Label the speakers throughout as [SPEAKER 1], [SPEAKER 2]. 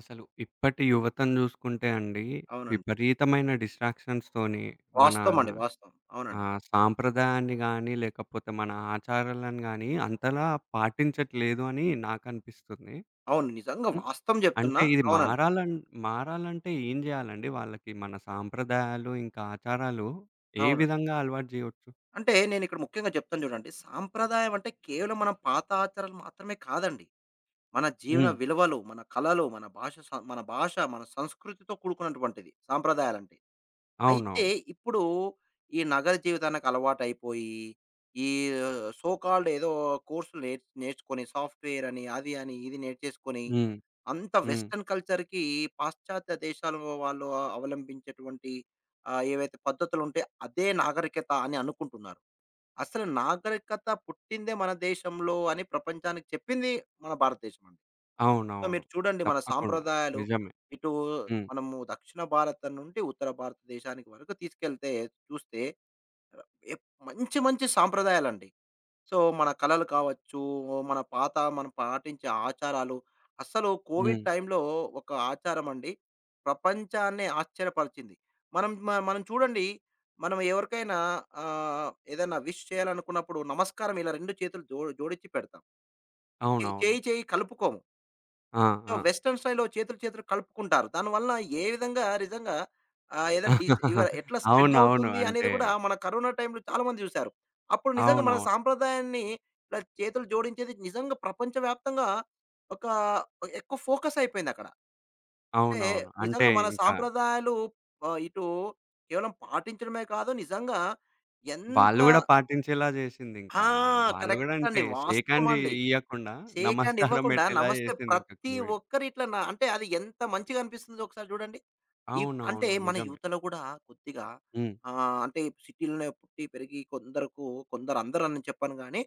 [SPEAKER 1] అసలు ఇప్పటి యువతను జూసుకుంటే అండి,
[SPEAKER 2] అవునండి.
[SPEAKER 1] విపరీతమైన డిస్ట్రాక్షన్స్‌తోని మన
[SPEAKER 2] వాస్తవం అండి. వాస్తవం. అవునండి.
[SPEAKER 1] సాంప్రదాయాన్ని గాని, లేకపోతే మన ఆచారాలను గాని అంతలా పాటించట్లేదు అని నాకనిపిస్తుంది.
[SPEAKER 2] అవును. నిజంగా
[SPEAKER 1] హ్మ్.
[SPEAKER 2] వాస్తవం
[SPEAKER 1] అంటే
[SPEAKER 2] జెప్తున్నా.
[SPEAKER 1] ఇది
[SPEAKER 2] అవునండి.
[SPEAKER 1] మారాలంటే ఏం జేయాలండి వాళ్ళకి? మన సాంప్రదాయాలు, ఇంకా ఆచారాలు ఏ
[SPEAKER 2] అవునండి.
[SPEAKER 1] విధంగా అలవాటు జేయొచ్చు?
[SPEAKER 2] అంటే నేనిక్కడ ముఖ్యంగా చెప్తాను జూడండి. సాంప్రదాయం అంటే కేవలం మన పాత ఆచారాలు మాత్రమే కాదండి. మన జీవన
[SPEAKER 1] హ్మ్.
[SPEAKER 2] విలువలు, మన కళలు, మన భాష, మన సంస్కృతితో కూడుకున్నటువంటిది సాంప్రదాయాలంటే. అయితే
[SPEAKER 1] అవునవును.
[SPEAKER 2] ఇప్పుడు ఈ నగర జీవితానికి అలవాటైపోయి, ఈ సో కాల్డ్ ఏదో కోర్సులు నేర్చుకొని సాఫ్ట్‌వేర్ అని, అది అని, ఇది నేర్చేసుకొని,
[SPEAKER 1] హ్మ్.
[SPEAKER 2] అంత
[SPEAKER 1] హ్మ్.
[SPEAKER 2] వెస్టర్న్ కల్చర్‌కి పాశ్చాత్య దేశాల వాళ్ళు అవలంబించేటువంటి ఏవైతే పద్ధతులుంటాయో అదే నాగరికత అని అనుకుంటున్నారు. అసలు నాగరికత పుట్టిందే మన దేశంలో అని ప్రపంచానికి చెప్పింది మన భారతదేశమండి. సో,
[SPEAKER 1] అవునవును.
[SPEAKER 2] మీరు చూడండి మన
[SPEAKER 1] తప్పకుండా.
[SPEAKER 2] సాంప్రదాయాలు
[SPEAKER 1] నిజమే.
[SPEAKER 2] ఇటు
[SPEAKER 1] హ్మ్.
[SPEAKER 2] మనము దక్షిణ భారతం నుండి ఉత్తర భారతదేశానికి వరకు తీసుకెళ్తే చూస్తే మంచి మంచి సాంప్రదాయాలండి. సో, మన కళలు కావచ్చు, మన పాత మనం పాటించే ఆచారాలు అస్సలు కోవిడ్
[SPEAKER 1] హ్మ్.
[SPEAKER 2] టైంలో ఒక ఆచారం అండి ప్రపంచాన్నే ఆశ్చర్యపరిచింది. మనం చూడండి మనం ఎవరికైనా ఏదైనా విష్ చేయాలనుకున్నప్పుడు నమస్కారం ఇలా 2 చేతులు జోడించి పెడతాం. చే-
[SPEAKER 1] అవునవును.
[SPEAKER 2] చేయి చేయి కలుపుకోము.
[SPEAKER 1] ఆ!
[SPEAKER 2] సో,
[SPEAKER 1] ఆ!
[SPEAKER 2] వెస్టర్న్ స్టైల్‌లో చేతులు, చేతులు కలుపుకుంటారు. దానివల్ల ఏ విధంగా నిజంగా ఏదైనా డిస్ ఇవ ఎట్లా స్ప్రెడ్
[SPEAKER 1] అవునవును.
[SPEAKER 2] అవుతుంది అనేది
[SPEAKER 1] అంటే
[SPEAKER 2] గూడా మన కరోనా టైంలో చాలామంది జూసారు. అప్పుడు నిజంగా మన
[SPEAKER 1] అవునవును.
[SPEAKER 2] సాంప్రదాయాన్ని ఇలా చేతులు జోడించేది నిజంగా ప్రపంచవ్యాప్తంగా ఒక ఎక్కువ ఫోకస్ అయిపోయిందక్కడ. అంటే
[SPEAKER 1] అవునవును. అంటే
[SPEAKER 2] నిజంగా మన
[SPEAKER 1] ఇంకా
[SPEAKER 2] సాంప్రదాయాలు ఇటు కేవలం పాటించడమే కాదు నిజంగా ఎంత.
[SPEAKER 1] వాళ్ళు గూడా పాటించేలా
[SPEAKER 2] ఆ!
[SPEAKER 1] జేసిందింకా. వాళ్ళు
[SPEAKER 2] కరెక్ట్
[SPEAKER 1] గూడా
[SPEAKER 2] అండి.
[SPEAKER 1] అంటే షేక్
[SPEAKER 2] వాస్తవం
[SPEAKER 1] హ్యాండ్
[SPEAKER 2] అండి.
[SPEAKER 1] ఇయ్యకుండా
[SPEAKER 2] షేక్ హ్యాండ్
[SPEAKER 1] నమస్కారం
[SPEAKER 2] ఇవ్వకుండా
[SPEAKER 1] బెట్టేలా
[SPEAKER 2] నమస్తే
[SPEAKER 1] జేసిందింకా
[SPEAKER 2] ప్రతి
[SPEAKER 1] కోవిడ్.
[SPEAKER 2] ఒక్కరు ఇట్లా నా అంటే అది ఎంత మంచిగా అనిపిస్తుందో ఒకసారి చూడండి. ఈ అంటే
[SPEAKER 1] అవునవును.
[SPEAKER 2] మన
[SPEAKER 1] నిజమే.
[SPEAKER 2] యువతలో గూడా కొద్దిగా
[SPEAKER 1] హ్మ్.
[SPEAKER 2] అంటే సిటీలోనే పుట్టి పెరిగి కొందరకు కొందరు అందరూ అని చెప్పను గానీ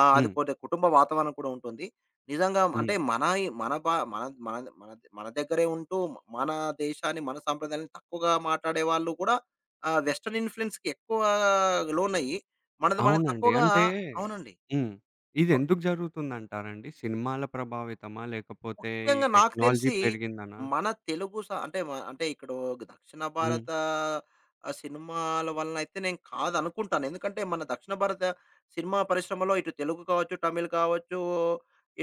[SPEAKER 2] అది
[SPEAKER 1] హ్మ్.
[SPEAKER 2] కొద్ది కుటుంబ వాతావరణం కూడా ఉంటుంది. నిజంగా అంటే
[SPEAKER 1] హ్మ్.
[SPEAKER 2] మన ఈ మన భా మన మన మన మన దగ్గరే ఉంటూ మన దేశాన్ని, మన సంప్రదాయాన్ని తక్కువగా మాట్లాడే వాళ్ళు కూడా వెస్టర్న్ ఇన్‌ఫ్లుయెన్స్‌కి ఎక్కువ లోనయ్యి మనది మనం
[SPEAKER 1] అవునండి.
[SPEAKER 2] తక్కువగా
[SPEAKER 1] అంటే
[SPEAKER 2] అవునండి.
[SPEAKER 1] హ్మ్. ఇదెందుకు జరుగుతుందంటారండి? సినిమాల ప్రభావితమా? లేకపోతే ఈ
[SPEAKER 2] ముఖ్యంగా నాకు
[SPEAKER 1] టెక్నాలజీ
[SPEAKER 2] తెలిసి
[SPEAKER 1] పెరిగిందనా?
[SPEAKER 2] మన తెలుగు స అంటే మ అంటే ఇక్కడ దక్షిణ
[SPEAKER 1] హ్మ్.
[SPEAKER 2] భారత సినిమాల వలనైతే నేను కాదనుకుంటాను. ఎందుకంటే మన దక్షిణ భారత సినిమా పరిశ్రమలో ఇటు తెలుగు కావచ్చు, తమిళ్ కావచ్చు,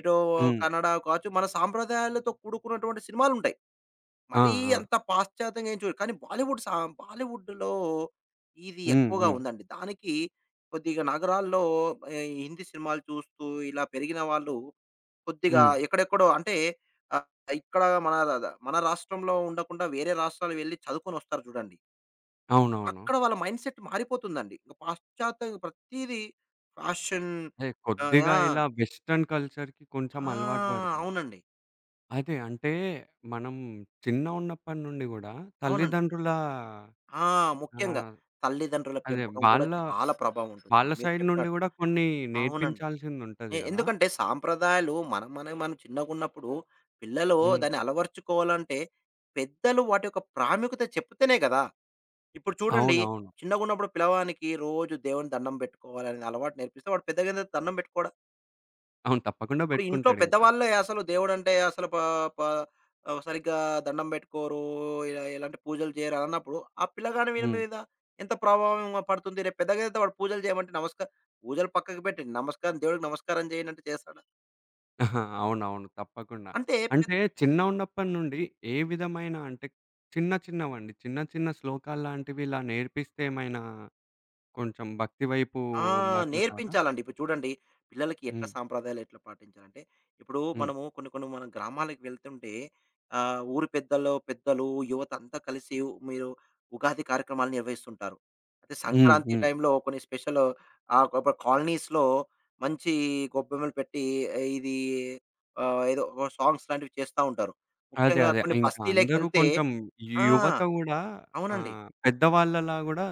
[SPEAKER 2] ఇటు
[SPEAKER 1] హ్మ్.
[SPEAKER 2] కన్నడ కావచ్చు, మన సాంప్రదాయాలతో కూడుకున్నటువంటి సినిమాలుంటాయి.
[SPEAKER 1] ఆ!
[SPEAKER 2] మరీ
[SPEAKER 1] ఆ!
[SPEAKER 2] అంత పాశ్చాత్యంగా ఏం చూడరు. కానీ బాలీవుడ్‌లో ఇది
[SPEAKER 1] హ్మ్.
[SPEAKER 2] ఎక్కువగా
[SPEAKER 1] హ్మ్.
[SPEAKER 2] ఉందండి. దానికి కొద్దిగా నగరాల్లో హిందీ సినిమాలు చూస్తూ ఇలా పెరిగిన వాళ్ళు కొద్దిగా
[SPEAKER 1] హ్మ్.
[SPEAKER 2] ఎక్కడెక్కడో అంటే ఆహ్, ఇక్కడ మన ర ర మన రాష్ట్రంలో ఉండకుండా వేరే రాష్ట్రాలు వెళ్లి చదువుకొనొస్తారు చూడండి.
[SPEAKER 1] అవునవును.
[SPEAKER 2] అక్కడ వాళ్ళ మైండ్ సెట్ మారిపోతుందండి. ఇంక పాశ్చాత్య ప్రతీదీ ఫ్యాషన్.
[SPEAKER 1] అదే
[SPEAKER 2] ఆహ్,
[SPEAKER 1] కొద్దిగా
[SPEAKER 2] యాహ్!
[SPEAKER 1] ఇలా వెస్టర్న్ కల్చర్‌కి కొంచెం
[SPEAKER 2] ఆ!
[SPEAKER 1] అలవాటు పడతారు.
[SPEAKER 2] అవునండి.
[SPEAKER 1] అదే అంటే మనం చిన్న ఉన్నప్పటి నుండి గూడా
[SPEAKER 2] అవునండి.
[SPEAKER 1] తల్లిదండ్రుల
[SPEAKER 2] ఆ! ముఖ్యంగా
[SPEAKER 1] ఆహ్,
[SPEAKER 2] తల్లిదండ్రుల
[SPEAKER 1] అదే
[SPEAKER 2] పెంపకం కూడా
[SPEAKER 1] వాళ్ళ
[SPEAKER 2] చాలా ప్రభావం ఉంటుందండి.
[SPEAKER 1] వాళ్ళ
[SPEAKER 2] మీరు
[SPEAKER 1] సైడ్ నుండి
[SPEAKER 2] చెప్పినట్టు.
[SPEAKER 1] గూడా కొన్ని
[SPEAKER 2] అవునండి. ఎ
[SPEAKER 1] నేర్పించాల్సిందుంటది గదా!
[SPEAKER 2] ఎందుకంటే సాంప్రదాయాలు మనం మనవి మనం చిన్నగున్నప్పుడు పిల్లలు
[SPEAKER 1] హ్మ్.
[SPEAKER 2] దాన్ని అలవరుచుకోవాలంటే పెద్దలు వాటి యొక్క ప్రాముఖ్యత చెప్తేనే గదా! ఇప్పుడు చూడండి,
[SPEAKER 1] అవునవును.
[SPEAKER 2] చిన్నగున్నప్పుడు పిల్లవానికి రోజు దేవుని దండం పెట్టుకోవాలనే అలవాటు నేర్పిస్తే, వాడు పెద్దగైన తర్వాత దండం పెట్టుకోడా?
[SPEAKER 1] అవును. తప్పకుండా
[SPEAKER 2] ఇప్పుడు ఇంట్లో
[SPEAKER 1] బెట్టుకుంటాడింకా.
[SPEAKER 2] పెద్దవాళ్ళే అసలు దేవుడంటే అసలు ప ప ఆహ్, సరిగ్గా దండం పెట్టుకోరు. ఇలా ఎలాంటి పూజలు చేయరు అని అన్నప్పుడు, ఆ పిల్లగాని వీని
[SPEAKER 1] హ్మ్.
[SPEAKER 2] మీద ఎంత ప్రభావం పడుతుంది? రేపు పెద్దగైన తర్వాత వాడు పూజలు చేయమంటే పూజలు పక్కకు పెట్టి, నమస్కారం దేవుడికి నమస్కారం చేయనంటే చేస్తాడా?
[SPEAKER 1] అవునవును. తప్పకుండా.
[SPEAKER 2] అంటే పె
[SPEAKER 1] అంటే చిన్న ఉన్నప్పటి నుండి ఏ విధమైన అంటే చిన్న చిన్నవండి. చిన్న చిన్న శ్లోకాల్లాంటివి ఇలా నేర్పిస్తే ఏమైనా కొంచెం భక్తి వైపు
[SPEAKER 2] ఆ!
[SPEAKER 1] మలులుతారా?
[SPEAKER 2] నేర్పించాలండి. ఇప్పుడు చూడండి పిల్లలకి ఎట్లా
[SPEAKER 1] హ్మ్.
[SPEAKER 2] సాంప్రదాయాలు ఎట్లా పాటించాలంటే, ఇప్పుడు
[SPEAKER 1] హ్మ్.
[SPEAKER 2] మనము కొన్ని కొన్ని మనం గ్రామాలకు వెళ్తుంటే ఊరి పెద్దలు, పెద్దలు యువత అంతా కలిసి మీరు ఉగాది కార్యక్రమాలు నిర్వహిస్తుంటారు. అయితే
[SPEAKER 1] హ్మ్.
[SPEAKER 2] సంక్రాంతి
[SPEAKER 1] హ్మ్.
[SPEAKER 2] టైంలో కొన్ని స్పెషల్ ఒక కాలనీస్‌లో మంచి గొబ్బెమ్మలు పెట్టి ఇది ఏదో సాంగ్స్ లాంటివి చేస్తా ఉంటారు.
[SPEAKER 1] అదే.
[SPEAKER 2] ముఖ్యంగా
[SPEAKER 1] అదే.
[SPEAKER 2] కొన్ని
[SPEAKER 1] ఇంకా అందరూ
[SPEAKER 2] బస్తీలకెళ్తే
[SPEAKER 1] కొంచెం
[SPEAKER 2] ఆ!
[SPEAKER 1] యువత గూడా
[SPEAKER 2] అవునండి.
[SPEAKER 1] పెద్దవాళ్ళలా గూడా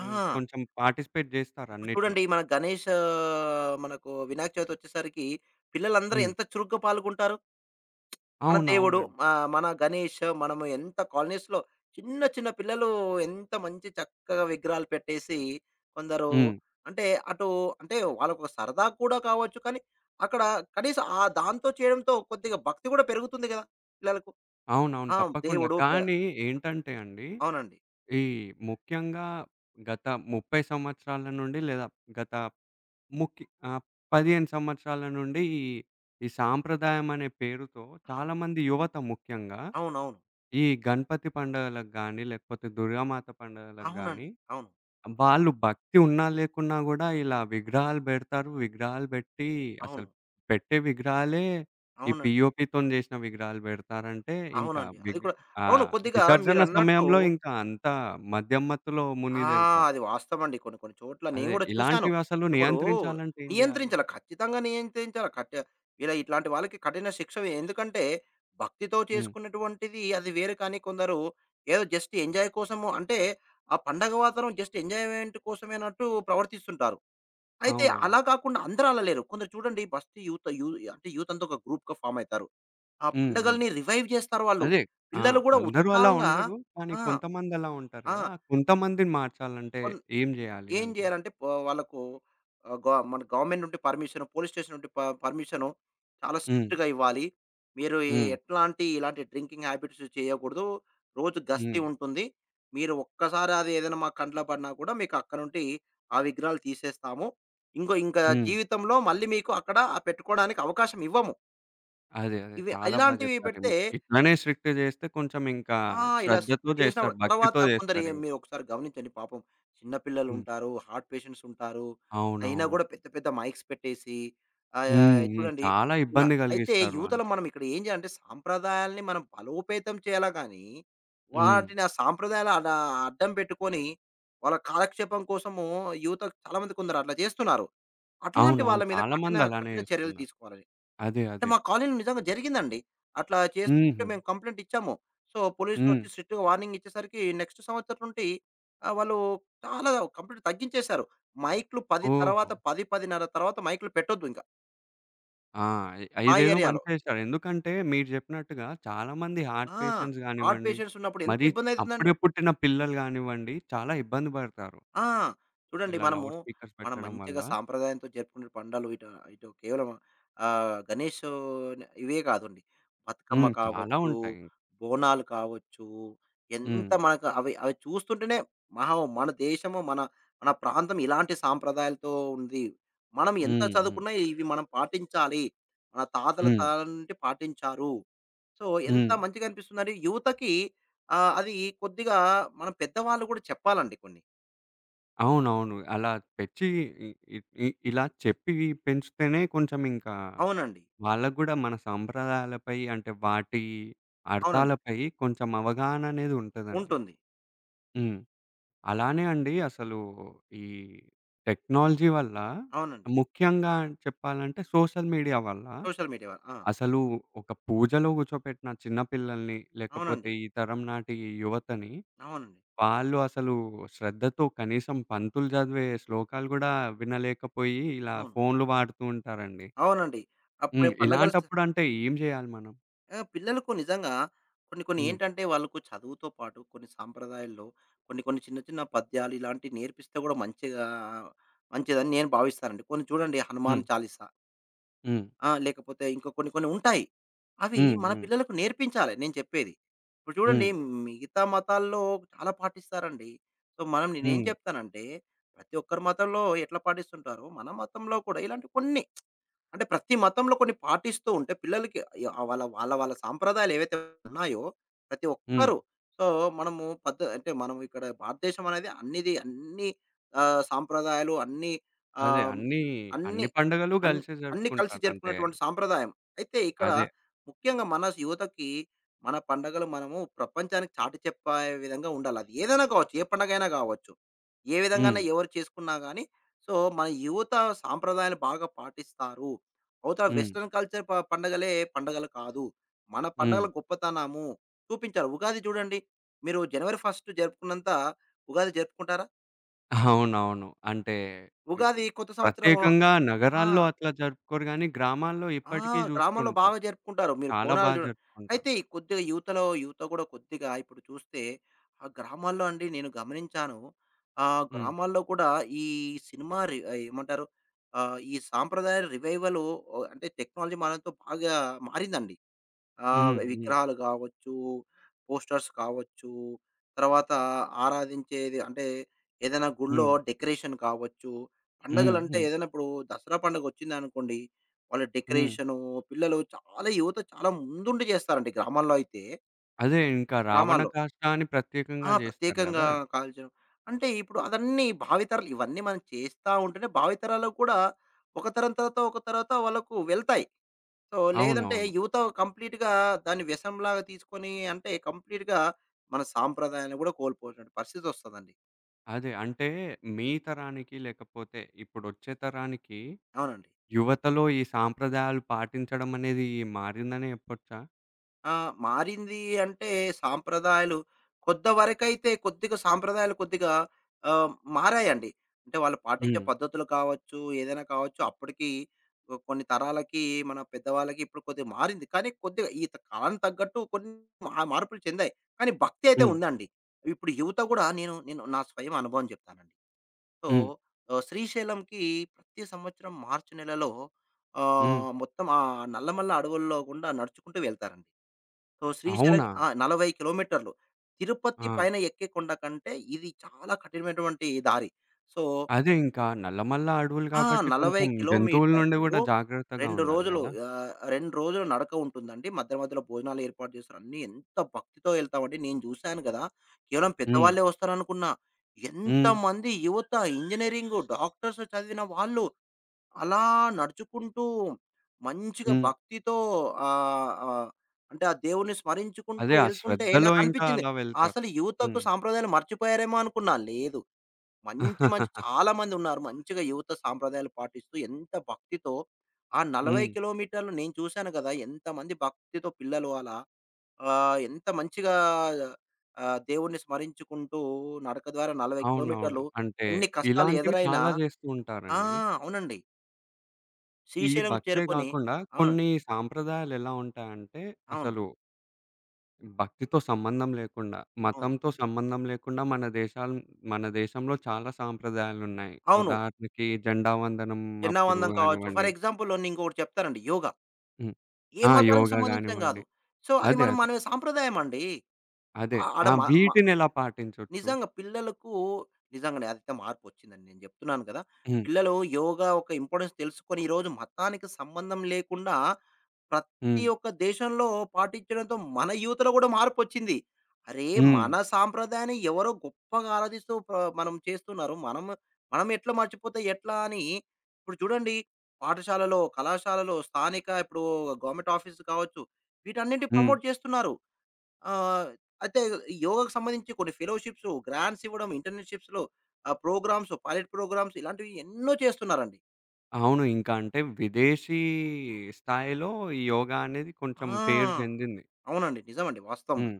[SPEAKER 2] ఆ!
[SPEAKER 1] కొంచెం పార్టిసిపేట్ జేస్తారు
[SPEAKER 2] ఇప్పుడు
[SPEAKER 1] అన్నిట్లో.
[SPEAKER 2] చూడండి మనకు వినాయక చవితి వచ్చేసరికి పిల్లలందరూ
[SPEAKER 1] హ్మ్.
[SPEAKER 2] ఎంత చురుగ్గా పాల్గొంటారు. మన దేవుడు
[SPEAKER 1] అవునవునండి.
[SPEAKER 2] మా మన గణేష్ మనము ఎంత కాలనీస్‌లో చిన్న చిన్న పిల్లలు ఎంత మంచి చక్కగా విగ్రహాలు పెట్టేసి కొందరు
[SPEAKER 1] హ్మ్.
[SPEAKER 2] అంటే అటు అంటే వాళ్ళకొక సరదా కూడా కావచ్చు. కానీ అక్కడ కనీసం ఆ దాంతో చేయడంతో కొద్దిగా భక్తి కూడా పెరుగుతుంది గదా! పిల్లలకు.
[SPEAKER 1] అవునవును.
[SPEAKER 2] ఆ!
[SPEAKER 1] తప్పకుండా.
[SPEAKER 2] దేవుడు పె
[SPEAKER 1] కానీ ఏంటంటే అండి,
[SPEAKER 2] అవునండి.
[SPEAKER 1] ఈ ముఖ్యంగా గత 30 సంవత్సరాల నుండి లేదా గత ముఖ్య ఆహ్, 15 సంవత్సరాల నుండి ఈ ఈ సాంప్రదాయం అనే పేరుతో
[SPEAKER 2] అవును.
[SPEAKER 1] చాలామంది యువత ముఖ్యంగా
[SPEAKER 2] అవునవును.
[SPEAKER 1] ఈ గణపతి పండుగలకు గానీ, లేకపోతే దుర్గామాత పండుగలకు
[SPEAKER 2] అవునండి.
[SPEAKER 1] గానీ
[SPEAKER 2] అవును.
[SPEAKER 1] వాళ్ళు భక్తి ఉన్నా లేకున్నా గూడా ఇలా విగ్రహాలు బెడతారు. విగ్రహాలు బెట్టి
[SPEAKER 2] అవును.
[SPEAKER 1] అసలు పెట్టే విగ్రహాలే ఈ
[SPEAKER 2] అవునండి.
[SPEAKER 1] పీఓపీతోని జేసిన విగ్రహాలు బెడతారంటే ఇంకా
[SPEAKER 2] అవునండి. అది కూడా అవును. కొద్దిగా
[SPEAKER 1] విసర్జన
[SPEAKER 2] మీరన్నట్టు
[SPEAKER 1] సమయంలో ఇంకా అంతా మద్యం మత్తులో మునిగి
[SPEAKER 2] ఆ!
[SPEAKER 1] తేలుతారు.
[SPEAKER 2] అది వాస్తవమండి. కొన్ని కొన్ని చోట్ల నేను
[SPEAKER 1] అదే
[SPEAKER 2] గూడా చూశాను.
[SPEAKER 1] ఇలాంటివి అసలు
[SPEAKER 2] ఇప్పుడు
[SPEAKER 1] నియంత్రించాలంటే ఏం జేయాలి?
[SPEAKER 2] నియంత్రించాలి. ఖచ్చితంగా నియంత్రించాలి. ఇలా ఇట్లాంటి వాళ్ళకి కఠిన శిక్ష ఎందుకంటే భక్తితో
[SPEAKER 1] హ్మ్.
[SPEAKER 2] చేసుకున్నటువంటిది అది వేరు కానీ కొందరు ఏదో జస్ట్ ఎంజాయ్ కోసము అంటే ఆ పండగ వాతావరణం జస్ట్ ఎంజాయ్‌మెంట్ కోసమేనట్టు ప్రవర్తిస్తుంటారు. అయితే అలా
[SPEAKER 1] అవునవును.
[SPEAKER 2] కాకుండా అందరూ అలా లేరు. కొందరు చూడండి బస్తీ యూత్ యూ అంటే యూత్ అంతా ఒక గ్రూప్‌గా ఫార్మ్ అయితారు. ఆ
[SPEAKER 1] హ్మ్. హ్మ్.
[SPEAKER 2] పండుగల్ని రివైవ్ చేస్తారు వాళ్ళు.
[SPEAKER 1] అదే. ఆ!
[SPEAKER 2] పిల్లలు గూడా
[SPEAKER 1] అందరూ అలా
[SPEAKER 2] ఉత్సాహంగా.
[SPEAKER 1] ఉండరు. కానీ
[SPEAKER 2] ఆ!
[SPEAKER 1] కొంతమంది అలా ఉంటారు
[SPEAKER 2] ఆ!
[SPEAKER 1] గదా! కొంతమందిని మార్చాలంటే
[SPEAKER 2] కొన్
[SPEAKER 1] ఏం జేయాలి
[SPEAKER 2] ఏం
[SPEAKER 1] అంటే?
[SPEAKER 2] జేయాలంటే వాళ్ళకు ఆహ్, గ మన గవర్నమెంట్ నుండి పర్మిషన్, పోలీస్ స్టేషన్ నుండి ప పర్మిషను చాలా
[SPEAKER 1] హ్మ్.
[SPEAKER 2] స్ట్రిక్ట్‌గా ఇవ్వాలి. మీరు ఎ
[SPEAKER 1] హ్మ్.
[SPEAKER 2] ఎట్లాంటి ఇలాంటి డ్రింకింగ్ హ్యాబిట్స్ చేయకూడదు. రోజు గస్తీ
[SPEAKER 1] హ్మ్.
[SPEAKER 2] ఉంటుంది. మీరు ఒక్కసారి అది ఏదైనా మా కంట్లో పడినా కూడా మీకు అక్కడ నుండి ఆ విగ్రహాలు తీసేస్తాము. ఇంకా
[SPEAKER 1] హ్మ్.
[SPEAKER 2] జీవితంలో మళ్ళీ మీకు అక్కడ ఆ పెట్టుకోవడానికి అవకాశం ఇవ్వము.
[SPEAKER 1] అదే. అదే.
[SPEAKER 2] ఇవి
[SPEAKER 1] చాలా బా
[SPEAKER 2] ఇలాంటివి
[SPEAKER 1] జెప్పారు.
[SPEAKER 2] పెడితే
[SPEAKER 1] ఇట్లనే స్ట్రిక్ట్ జేస్తే కొంచెం ఇంకా
[SPEAKER 2] ఆ! ఇలా
[SPEAKER 1] శ్రద్ధతో
[SPEAKER 2] స్ట్రిక్ట్
[SPEAKER 1] జేస్తారు.
[SPEAKER 2] చేసినప్పుడు తర్వాత
[SPEAKER 1] భక్తితో
[SPEAKER 2] కొందరు
[SPEAKER 1] జేస్తారింక.
[SPEAKER 2] మీరొకసారి గమనించండి పాపం చిన్న
[SPEAKER 1] హ్మ్.
[SPEAKER 2] పిల్లలుంటారు, హార్ట్ పేషెంట్స్ ఉంటారు. అయినా
[SPEAKER 1] అవునవును.
[SPEAKER 2] గూడా పెద్ద పెద్ద మైక్స్ పెట్టేసి. అవును.
[SPEAKER 1] హ్మ్.
[SPEAKER 2] యాహ్!
[SPEAKER 1] హ్మ్.
[SPEAKER 2] చూడండి
[SPEAKER 1] చాలా
[SPEAKER 2] ఇలా
[SPEAKER 1] ఇబ్బంది
[SPEAKER 2] అయితే
[SPEAKER 1] గలిగిస్తారు
[SPEAKER 2] యువతలో
[SPEAKER 1] అంటే.
[SPEAKER 2] మనం ఇక్కడ ఏం చేయాలంటే సాంప్రదాయాల్ని మనం బలోపేతం చేయాలా గానీ,
[SPEAKER 1] హ్మ్.
[SPEAKER 2] వాటిని ఆ సాంప్రదాయాలు అలా అడ్డం పెట్టుకొని వాళ్ళ కాలక్షేపం కోసము యువత చాలా మంది కొందరు అట్లా చేస్తున్నారు. అట్లాంటి
[SPEAKER 1] అవునవును.
[SPEAKER 2] వాళ్ళ మీద
[SPEAKER 1] చాలా
[SPEAKER 2] కఠిన,
[SPEAKER 1] మంది అలానే
[SPEAKER 2] కఠిన చర్యలు
[SPEAKER 1] జేస్తున్నారు.
[SPEAKER 2] తీసుకోవాలండి.
[SPEAKER 1] అదే.
[SPEAKER 2] అంటే
[SPEAKER 1] అదే.
[SPEAKER 2] మా కాలనీలో నిజంగా జరిగిందండి. అట్లా చేస్తుంటే
[SPEAKER 1] హుహు.
[SPEAKER 2] మేము కంప్లెయింట్ ఇచ్చాము. సో,
[SPEAKER 1] హ్మ్.
[SPEAKER 2] పోలీసులొచ్చి స్ట్రిక్ట్‌గా వార్నింగ్ ఇచ్చేసరికి నెక్స్ట్ సంవత్సరం నుండి వాళ్ళు చాలా కంప్లెయింట్ తగ్గించేశారు. మైక్‌లు 10
[SPEAKER 1] ఓహో!
[SPEAKER 2] తర్వాత 10, 10:30 తర్వాత మైక్‌లు పెట్టొద్దు ఇంకా.
[SPEAKER 1] ఆ! ఇ
[SPEAKER 2] ఆ
[SPEAKER 1] ఇదేదో
[SPEAKER 2] ఏరియాలో.
[SPEAKER 1] మంచి చేశారు. ఎందుకంటే మీరు జెప్పినట్టుగా చాలా మంది హార్ట్
[SPEAKER 2] ఆ!
[SPEAKER 1] పేషెంట్స్
[SPEAKER 2] హార్ట్
[SPEAKER 1] గానివ్వండి,
[SPEAKER 2] పేషెంట్స్ ఉన్నప్పుడు ఎంత
[SPEAKER 1] మరి
[SPEAKER 2] ఇబ్బందయితుందండి.
[SPEAKER 1] అప్పుడే పుట్టిన పిల్లలు గానివ్వండి, చాలా ఇబ్బంది బడతారు.
[SPEAKER 2] ఆ! చూడండి
[SPEAKER 1] ఇలా
[SPEAKER 2] మనము
[SPEAKER 1] లౌడ్ స్పీకర్స్
[SPEAKER 2] మనం
[SPEAKER 1] పెట్టడం వల్ల.
[SPEAKER 2] మంచిగా సాంప్రదాయంతో జరుపుకునే పండలు ఇటు ఇటు కేవలం గణేషు ఇవే కాదండి. బతుకమ్మ
[SPEAKER 1] హ్మ్. చాలా
[SPEAKER 2] కావచ్చు,
[SPEAKER 1] ఉంటాయి.
[SPEAKER 2] బోనాలు కావచ్చు, ఎంత
[SPEAKER 1] హ్మ్.
[SPEAKER 2] మనకు అవి అవి చూస్తుంటేనే మహా మన దేశము, మన మన ప్రాంతం ఇలాంటి సాంప్రదాయాలతో ఉంది. మనం ఎంత
[SPEAKER 1] హ్మ్. హ్మ్.
[SPEAKER 2] చదువుకున్నా ఇవి మనం పాటించాలి. మన తాతల
[SPEAKER 1] హ్మ్.
[SPEAKER 2] తరాల నుండి పాటించారు. సో, ఎంత
[SPEAKER 1] హ్మ్.
[SPEAKER 2] మంచిగా అనిపిస్తుందండి యువతకి అది కొద్దిగా మన పెద్దవాళ్ళు కూడా చెప్పాలండి కొన్ని.
[SPEAKER 1] అవునవును. అలా తెచ్చి ఇ ఇ ఇ ఇలా చెప్పి పెంచితేనే కొంచెం ఇంకా
[SPEAKER 2] అవునండి.
[SPEAKER 1] వాళ్ళకి గూడా మన సంప్రదాయాలపై అంటే వాటి
[SPEAKER 2] అవునండి.
[SPEAKER 1] అర్థాలపై కొంచెం అవగాహన అనేది ఉంటదండి.
[SPEAKER 2] ఉంటుంది.
[SPEAKER 1] హ్మ్. అలానే అండి అసలు ఈ టెక్నాలజీ వల్ల
[SPEAKER 2] అవునండి.
[SPEAKER 1] ముఖ్యంగా చెప్పాలంటే సోషల్ మీడియా వల్ల
[SPEAKER 2] సోషల్ మీడియా వల్ల. ఆ!
[SPEAKER 1] అసలు ఒక పూజలో కూర్చోపెట్టిన చిన్న పిల్లల్ని, లేకపోతే
[SPEAKER 2] అవునండి.
[SPEAKER 1] ఈ తరం నాటి యువతని
[SPEAKER 2] అవునండి.
[SPEAKER 1] వాళ్ళు అసలు శ్రద్ధతో కనీసం పంతులు చదివే శ్లోకాలు గూడా వినలేకపోయి, ఇలా
[SPEAKER 2] అవును.
[SPEAKER 1] ఫోన్‌లు వాడుతూ ఉంటారండి.
[SPEAKER 2] అవునండి. అప్పుడు
[SPEAKER 1] హ్మ్.
[SPEAKER 2] పండగలు స
[SPEAKER 1] ఇలాంటప్పుడు అంటే ఏం జేయాలి మనం?
[SPEAKER 2] ఆ! పిల్లలకు నిజంగా కొన్ని కొన్ని
[SPEAKER 1] హ్మ్.
[SPEAKER 2] ఏంటంటే వాళ్ళకు చదువుతో పాటు కొన్ని సాంప్రదాయాల్లో కొన్ని కొన్ని చిన్న చిన్న పద్యాలు ఇలాంటివి నేర్పిస్తే కూడా మంచిగా మంచిదని నేను భావిస్తానండి. కొన్ని చూడండి 'హనుమాన్
[SPEAKER 1] హ్మ్.
[SPEAKER 2] చాలీస'.
[SPEAKER 1] హ్మ్.
[SPEAKER 2] ఆ! లేకపోతే ఇంకా కొన్ని కొన్ని ఉంటాయి. అవి
[SPEAKER 1] హ్మ్.
[SPEAKER 2] మన
[SPEAKER 1] హ్మ్.
[SPEAKER 2] పిల్లలకు నేర్పించాలి నేను చెప్పేది. ఇప్పుడు చూడండి
[SPEAKER 1] హ్మ్.
[SPEAKER 2] మిగతా మతాల్లో చాలా పాటిస్తారండి. సో, మనం నేనేం
[SPEAKER 1] హ్మ్.
[SPEAKER 2] చెప్తానంటే ప్రతి ఒక్కరి మతంలో ఎట్లా పాటిస్తుంటారో మన మతంలో కూడా ఇలాంటి కొన్ని అంటే ప్రతి మతంలో కొన్ని పాటిస్తూ ఉంటే పిల్లలకి అయ్యో! ఆ వాళ్ళ వాళ్ళ వాళ్ళ సాంప్రదాయాలు ఏవైతే ఉన్నాయో ప్రతి
[SPEAKER 1] హ్మ్.
[SPEAKER 2] ఒక్కరు సో, మనము పద్ద అంటే మనం ఇక్కడ భారతదేశం అనేది అన్నిది అన్ని సాంప్రదాయాలు అన్ని
[SPEAKER 1] అదే
[SPEAKER 2] ఆహ్, అన్ని
[SPEAKER 1] అన్ని పండుగలు
[SPEAKER 2] అన్
[SPEAKER 1] కలిసే
[SPEAKER 2] అన్ని కలిసి
[SPEAKER 1] జరుపుకుంటారు. అంటే
[SPEAKER 2] జరుపుకునేటువంటి సాంప్రదాయం. అయితే ఇక్కడ
[SPEAKER 1] అదే.
[SPEAKER 2] ముఖ్యంగా మన యువతకి మన పండగలు మనము ప్రపంచానికి చాటి చెప్పే విధంగా ఉండాలి. అది ఏదైనా కావచ్చు. ఏ పండగైనా కావచ్చు. ఏ విధంగానే
[SPEAKER 1] హ్మ్.
[SPEAKER 2] ఎవరు చేసుకున్నా గానీ సో, మన యువత సాంప్రదాయాలు బాగా పాటిస్తారు. అవతల
[SPEAKER 1] హ్మ్.
[SPEAKER 2] వెస్టర్న్ కల్చర్ పండగలే పండగలు కాదు. మన
[SPEAKER 1] హ్మ్.
[SPEAKER 2] పండగల గొప్పతనము చూపించారు. ఉగాది చూడండి. మీరు జనవరి 1 జరుపుకున్నంత ఉగాది జరుపుకుంటారా?
[SPEAKER 1] అవునవును. అంటే ఇ
[SPEAKER 2] ఉగాది కొత్త సంవత్సరము.
[SPEAKER 1] ప్రత్యేకంగా
[SPEAKER 2] ఆ!
[SPEAKER 1] నగరాల్లో అట్లా జరుపుకోరు గానీ, గ్రామాల్లో
[SPEAKER 2] ఆ!
[SPEAKER 1] ఇప్పటికీ జూస్తూ
[SPEAKER 2] గ్రామాల్లో
[SPEAKER 1] ఉంటాం.
[SPEAKER 2] బాగా జరుపుకుంటారు. మీరు
[SPEAKER 1] చాలా
[SPEAKER 2] బోనాలు
[SPEAKER 1] బా
[SPEAKER 2] చూడండి.
[SPEAKER 1] జరుపుకుంటారు.
[SPEAKER 2] అయితే ఈ కొద్దిగా యువతలో యువత కూడా కొద్దిగా ఇప్పుడు చూస్తే ఆ గ్రామాల్లో అండి నేను గమనించాను. ఆ
[SPEAKER 1] హ్మ్.
[SPEAKER 2] గ్రామాల్లో కూడా ఈ ఏమంటారు? ఈ సాంప్రదాయ రివైవల్ ఓ అంటే టెక్నాలజీ మారడంతో బాగా మారిందండి.
[SPEAKER 1] హ్మ్. హ్మ్.
[SPEAKER 2] విగ్రహాలు కావచ్చు, పోస్టర్స్ కావచ్చు, తర్వాత ఆరాధించేది అంటే ఏదైనా గుడిలో
[SPEAKER 1] హ్మ్.
[SPEAKER 2] డెకరేషన్ కావచ్చు,
[SPEAKER 1] హ్మ్.
[SPEAKER 2] పండగలంటే
[SPEAKER 1] హ్మ్.
[SPEAKER 2] ఏదైనా ఇప్పుడు దసరా పండగొచ్చిందనుకోండి, వాళ్ళ
[SPEAKER 1] హ్మ్.
[SPEAKER 2] డెకరేషను పిల్లలు చాలా యువత చాలా ముందుండి చేస్తారండి గ్రామాల్లో అయితే.
[SPEAKER 1] అదే ఇంకా రావణ
[SPEAKER 2] గ్రామాల్లో.
[SPEAKER 1] కాష్ట అని
[SPEAKER 2] ఆ!
[SPEAKER 1] ప్రత్యేకంగా జేస్తారు
[SPEAKER 2] ప్రత్యేకంగా
[SPEAKER 1] గదా!
[SPEAKER 2] కాల్చడం. అంటే ఇప్పుడు అదన్నీ భావితరాలు ఇవన్నీ మనం చేస్తా ఉంటేనే భావితరాలకు కూడా ఒక తరం తర్వాత, ఒక తర్వాత వాళ్ళకు వెళ్తాయి. సో, లేదంటే
[SPEAKER 1] అవునవును.
[SPEAKER 2] యువత కంప్లీట్‌గా దాన్ని వ్యసనంలాగా తీసుకొని అంటే కంప్లీట్‌గా మన సాంప్రదాయాన్ని గూడా కోల్పోయేటువంటి పరిస్థితొస్తదండి.
[SPEAKER 1] అదే అంటే మీ తరానికి లేకపోతే ఇప్పుడొచ్చే తరానికి
[SPEAKER 2] అవునండి.
[SPEAKER 1] యువతలో ఈ సాంప్రదాయాలు పాటించడం అనేది మారిందనే చెప్పొచ్చా?
[SPEAKER 2] ఆ! మారింది అంటే సాంప్రదాయాలు కొంతవరకైతే కొద్దిగా సాంప్రదాయాలు కొద్దిగా ఆహ్, మారాయండి. అంటే వాళ్ళు పాటించే
[SPEAKER 1] హ్మ్.
[SPEAKER 2] పద్ధతులు కావచ్చు, ఏదైనా కావచ్చు అప్పటికి కొన్ని తరాలకి మన పెద్దవాళ్ళకి ఇప్పుడు కొద్దిగా మారింది. కానీ కొద్దిగా ఈ కాలం తగ్గట్టు కొన్ని మార్పులు చెందాయి. కానీ భక్తి అయితే
[SPEAKER 1] హ్మ్.
[SPEAKER 2] ఉందండి. ఇప్పుడు యువత గూడా నేను నేను నా స్వయం అనుభవం జెప్తానండి. సో,
[SPEAKER 1] హ్మ్.
[SPEAKER 2] శ్రీశైలంకి ప్రతి సంవత్సరం మార్చి నెలలో
[SPEAKER 1] హ్మ్.
[SPEAKER 2] మొత్తం ఆ నల్లమల్ల అడవుల్లో గుండా నడుచుకుంటూ వెళ్తారండి. సో, శ్రీశైలం
[SPEAKER 1] అవునా?
[SPEAKER 2] ఆ! 40 కిలోమీటర్లు. తిరుపతి
[SPEAKER 1] ఆ!
[SPEAKER 2] పైన ఎక్కే కొండ కంటే ఇది చాలా కఠినమైనటువంటి దారి. సో
[SPEAKER 1] అదే ఇంకా నల్లమల్ల అడవులు
[SPEAKER 2] ఆ!
[SPEAKER 1] గాబట్టి
[SPEAKER 2] 40
[SPEAKER 1] కొంచెం జంతువుల నుండి
[SPEAKER 2] కిలోమీటర్లు
[SPEAKER 1] గూడా జాగ్రత్తగా
[SPEAKER 2] 2
[SPEAKER 1] ఉండాలి
[SPEAKER 2] రోజులు
[SPEAKER 1] గదా!
[SPEAKER 2] 2 రోజులు నడక ఉంటుందండి. మధ్య మధ్యలో భోజనాలు ఏర్పాటు చేస్తారు. అన్నీ ఎంత భక్తితో ఎళ్తామండి. నేను చూశాను గదా! కేవలం
[SPEAKER 1] హ్మ్.
[SPEAKER 2] పెద్దవాళ్ళే వస్తారనుకున్నా.
[SPEAKER 1] హ్మ్.
[SPEAKER 2] ఎంతమంది యువత ఇంజినీరింగు, డాక్టర్స్ చదివిన వాళ్ళు అలా నడుచుకుంటూ మంచిగా
[SPEAKER 1] హ్మ్.
[SPEAKER 2] భక్తితో ఆహ్, ఆహ్, అంటే ఆ దేవుడిని స్మరించుకుంటూ
[SPEAKER 1] అదే ఆ
[SPEAKER 2] ఎళ్తుంటే
[SPEAKER 1] శ్రద్ధలో ఇంకా
[SPEAKER 2] నాకనిపించింది.
[SPEAKER 1] అలా వెళ్తారు.
[SPEAKER 2] అసలు యువతకు
[SPEAKER 1] హ్మ్.
[SPEAKER 2] సాంప్రదాయాలు మర్చిపోయారేమో అనుకున్నా. లేదు. మంచి మంచి చాలా మందున్నారు. మంచిగా యువత సాంప్రదాయాలు పాటిస్తూ ఎంత భక్తితో ఆ 40
[SPEAKER 1] హ్మ్.
[SPEAKER 2] కిలోమీటర్లు నేను చూశాను గదా! ఎంతమంది భక్తితో పిల్లలు అలా ఎంత మంచిగా దేవుడిని స్మరించుకుంటూ నడక ద్వారా 40
[SPEAKER 1] అవునవును.
[SPEAKER 2] కిలోమీటర్లు
[SPEAKER 1] అంటే
[SPEAKER 2] ఎన్ని కష్టాలు
[SPEAKER 1] ఇలాంటివి
[SPEAKER 2] ఎదురైనా
[SPEAKER 1] చాలా జేస్తూ
[SPEAKER 2] ఆ!
[SPEAKER 1] ఉంటారండి.
[SPEAKER 2] అవునండి.
[SPEAKER 1] ఈ
[SPEAKER 2] శ్రీశైలం
[SPEAKER 1] భక్తే
[SPEAKER 2] చేరుకొని
[SPEAKER 1] గాకుండా
[SPEAKER 2] అవును.
[SPEAKER 1] కొన్ని సాంప్రదాయాలెలా ఉంటాయంటే,
[SPEAKER 2] అవును.
[SPEAKER 1] అసలు భక్తితో సంబంధం లేకుండా,
[SPEAKER 2] అవును.
[SPEAKER 1] మతంతో సంబంధం లేకుండా మన దేశంలో చాలా సాంప్రదాయాలున్నాయి.
[SPEAKER 2] అవును.
[SPEAKER 1] ఉదాహరణకి జెండా వందనం అప్పుడు
[SPEAKER 2] జన్నావందనం కావచ్చు. ఫర్
[SPEAKER 1] గానివ్వండి
[SPEAKER 2] ఎగ్జాంపుల్ నేను ఇంకొకటి చెప్తానండి యోగా.
[SPEAKER 1] హ్మ్.
[SPEAKER 2] ఏ
[SPEAKER 1] ఆ!
[SPEAKER 2] మతానికి
[SPEAKER 1] యోగా
[SPEAKER 2] సంబంధించని గాదు.
[SPEAKER 1] గానివ్వండి.
[SPEAKER 2] సో, అది
[SPEAKER 1] అదే.
[SPEAKER 2] మనం
[SPEAKER 1] అదే.
[SPEAKER 2] మన సాంప్రదాయం అండి.
[SPEAKER 1] అదే.
[SPEAKER 2] ఆ- ఆడ
[SPEAKER 1] ఆ!
[SPEAKER 2] మ మ
[SPEAKER 1] వీటినెలా పాటించొచ్చు?
[SPEAKER 2] నిజంగా పిల్లలకు నిజంగానే అదైతే మార్పొచ్చిందండి. నేను జెప్తున్నాను కదా!
[SPEAKER 1] హ్మ్.
[SPEAKER 2] పిల్లలు యోగా ఒక ఇంపార్టెన్స్ తెలుసుకొని, ఈరోజు మతానికి సంబంధం లేకుండా ప్రతి
[SPEAKER 1] హ్మ్.
[SPEAKER 2] ఒక్క దేశంలో పాటించడంతో మన యూత్‌లో గూడా మార్పొచ్చింది. అరే!
[SPEAKER 1] హ్మ్.
[SPEAKER 2] మన సాంప్రదాయాన్ని ఎవరో గొప్పగా ఆరాధిస్తూ ప మనం చేస్తున్నారు. మనం మనం ఎట్లా మర్చిపోతే ఎట్లా అని ఇప్పుడు చూడండి పాఠశాలలో, కళాశాలలో, స్థానిక ఇప్పుడు గవర్నమెంట్ ఆఫీస్ కావచ్చు, వీటన్నిటిని
[SPEAKER 1] హ్మ్.
[SPEAKER 2] ప్రమోట్ చేస్తున్నారు. ఆహ్, అయితే యోగాకు సంబంధించి కొన్ని ఫెలోషిప్స్, గ్రాంట్స్ ఇవ్వడం, ఇంటర్న్‌షిప్స్‌లో ప్రోగ్రామ్స్, పైలట్ ప్రోగ్రామ్స్ ఇలాంటివి ఎన్నో చేస్తున్నారండి.
[SPEAKER 1] అవును. ఇంకా అంటే విదేశీ స్థాయిలో ఈ యోగా అనేది కొంచెం పేరు
[SPEAKER 2] ఆ!
[SPEAKER 1] చెందింది.
[SPEAKER 2] అవునండి. నిజమండి. వాస్తవం.
[SPEAKER 1] హ్మ్.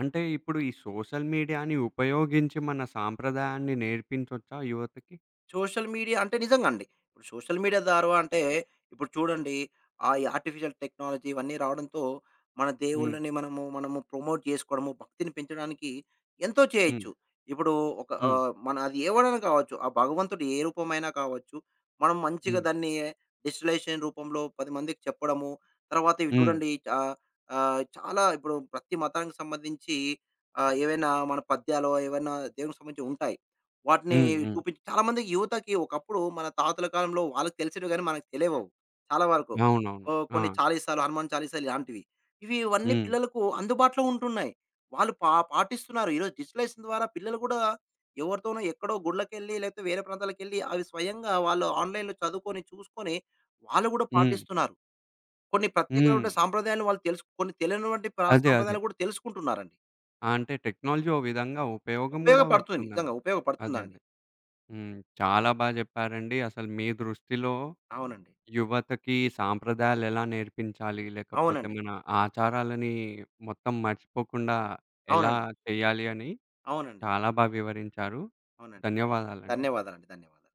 [SPEAKER 1] అంటే ఇప్పుడు ఈ సోషల్ మీడియాని ఉపయోగించి మన సాంప్రదాయాన్ని నేర్పించొచ్చా యువతకి?
[SPEAKER 2] సోషల్ మీడియా అంటే నిజంగా అండి. ఇప్పుడు సోషల్ మీడియా ద్వారా అంటే ఇప్పుడు చూడండి ఆ ఈ ఆర్టిఫిషియల్ టెక్నాలజీ ఇవన్నీ రావడంతో మన
[SPEAKER 1] హ్మ్.
[SPEAKER 2] దేవుళ్ళని మనము, మనము ప్రమోట్ చేసుకోవడము, భక్తిని పెంచడానికి ఎంతో
[SPEAKER 1] హ్మ్.
[SPEAKER 2] చేయొచ్చు. ఇప్పుడు ఒక
[SPEAKER 1] హ్మ్.
[SPEAKER 2] మన అది ఏవడైనా కావచ్చు. ఆ భగవంతుడు ఏ రూపమైనా కావచ్చు. మనం మంచిగా
[SPEAKER 1] హ్మ్.
[SPEAKER 2] దాన్ని డిజిటలైజేషన్ రూపంలో 10 మందికి చెప్పడము. తర్వాత ఇవి
[SPEAKER 1] హ్మ్.
[SPEAKER 2] చూడండి ఆహ్, ఆహ్, చాలా ఇప్పుడు ప్రతి మతానికి సంబంధించి ఏవైనా మన పద్యాలో ఏవైనా దేవునికి సంబంధించి ఉంటాయి. వాటిని
[SPEAKER 1] హ్మ్. హ్మ్.
[SPEAKER 2] చూపించి చాలా మందికి యువతకి ఒకప్పుడు మన తాతల కాలంలో వాళ్ళకి తెలిసేవి గాని మనకు తెలియవు. చాలా వరకు.
[SPEAKER 1] అవునవును.
[SPEAKER 2] ఓహ్!
[SPEAKER 1] ఆ!
[SPEAKER 2] కొన్ని చాలీసాలు, హనుమాన్ చాలీసాలు ఇలాంటివి. ఇవి ఇవన్నీ
[SPEAKER 1] హ్మ్.
[SPEAKER 2] పిల్లలకు అందుబాటులో ఉంటున్నాయి. వాళ్ళు పాటిస్తున్నారు. ఈరోజు డిజిటలైజేషన్ ద్వారా పిల్లలు కూడా ఎవరితోనో ఎక్కడో గుడ్లకెళ్ళి లేకపోతే వేరే ప్రాంతాలకెళ్ళి అవి స్వయంగా వాళ్ళు ఆన్‌లైన్‌లో చదువుకొని, చూసుకొని వాళ్ళు కూడా
[SPEAKER 1] హ్మ్.
[SPEAKER 2] పాటిస్తున్నారు. కొన్ని
[SPEAKER 1] హ్మ్.
[SPEAKER 2] ప్రత్యేకమైన సాంప్రదాయాలు వాళ్ళు తెలుసు కొన్ని తెలియనటువంటి
[SPEAKER 1] అదే. అదే.
[SPEAKER 2] సాంప్రదాయాలు కూడా తెలుసుకుంటున్నారండి.
[SPEAKER 1] ఆ! అంటే టెక్నాలజీ ఓ విధంగా ఉపయోగం గూడా
[SPEAKER 2] ఉపయోగపడుతుంది.
[SPEAKER 1] పడుతుందండి.
[SPEAKER 2] నిజంగా
[SPEAKER 1] అదే.
[SPEAKER 2] ఉపయోగపడుతుందండి.
[SPEAKER 1] అదే. హ్మ్. చాలా బా జెప్పారండి. అసలు మీ దృష్టిలో
[SPEAKER 2] అవునండి.
[SPEAKER 1] యువతకి సాంప్రదాయాలెలా నేర్పించాలి? లేకపోతే
[SPEAKER 2] అవునండి.
[SPEAKER 1] మన ఆచారాలని మొత్తం మర్చిపోకుండా ఎలా
[SPEAKER 2] అవునండి.
[SPEAKER 1] చేయాలి అని
[SPEAKER 2] అవునండి.
[SPEAKER 1] చాలా బా వివరించారు.
[SPEAKER 2] అవునండి.
[SPEAKER 1] ధన్యవాదాలండి.
[SPEAKER 2] ధన్యవాదాలండి. ధన్యవాదాలు.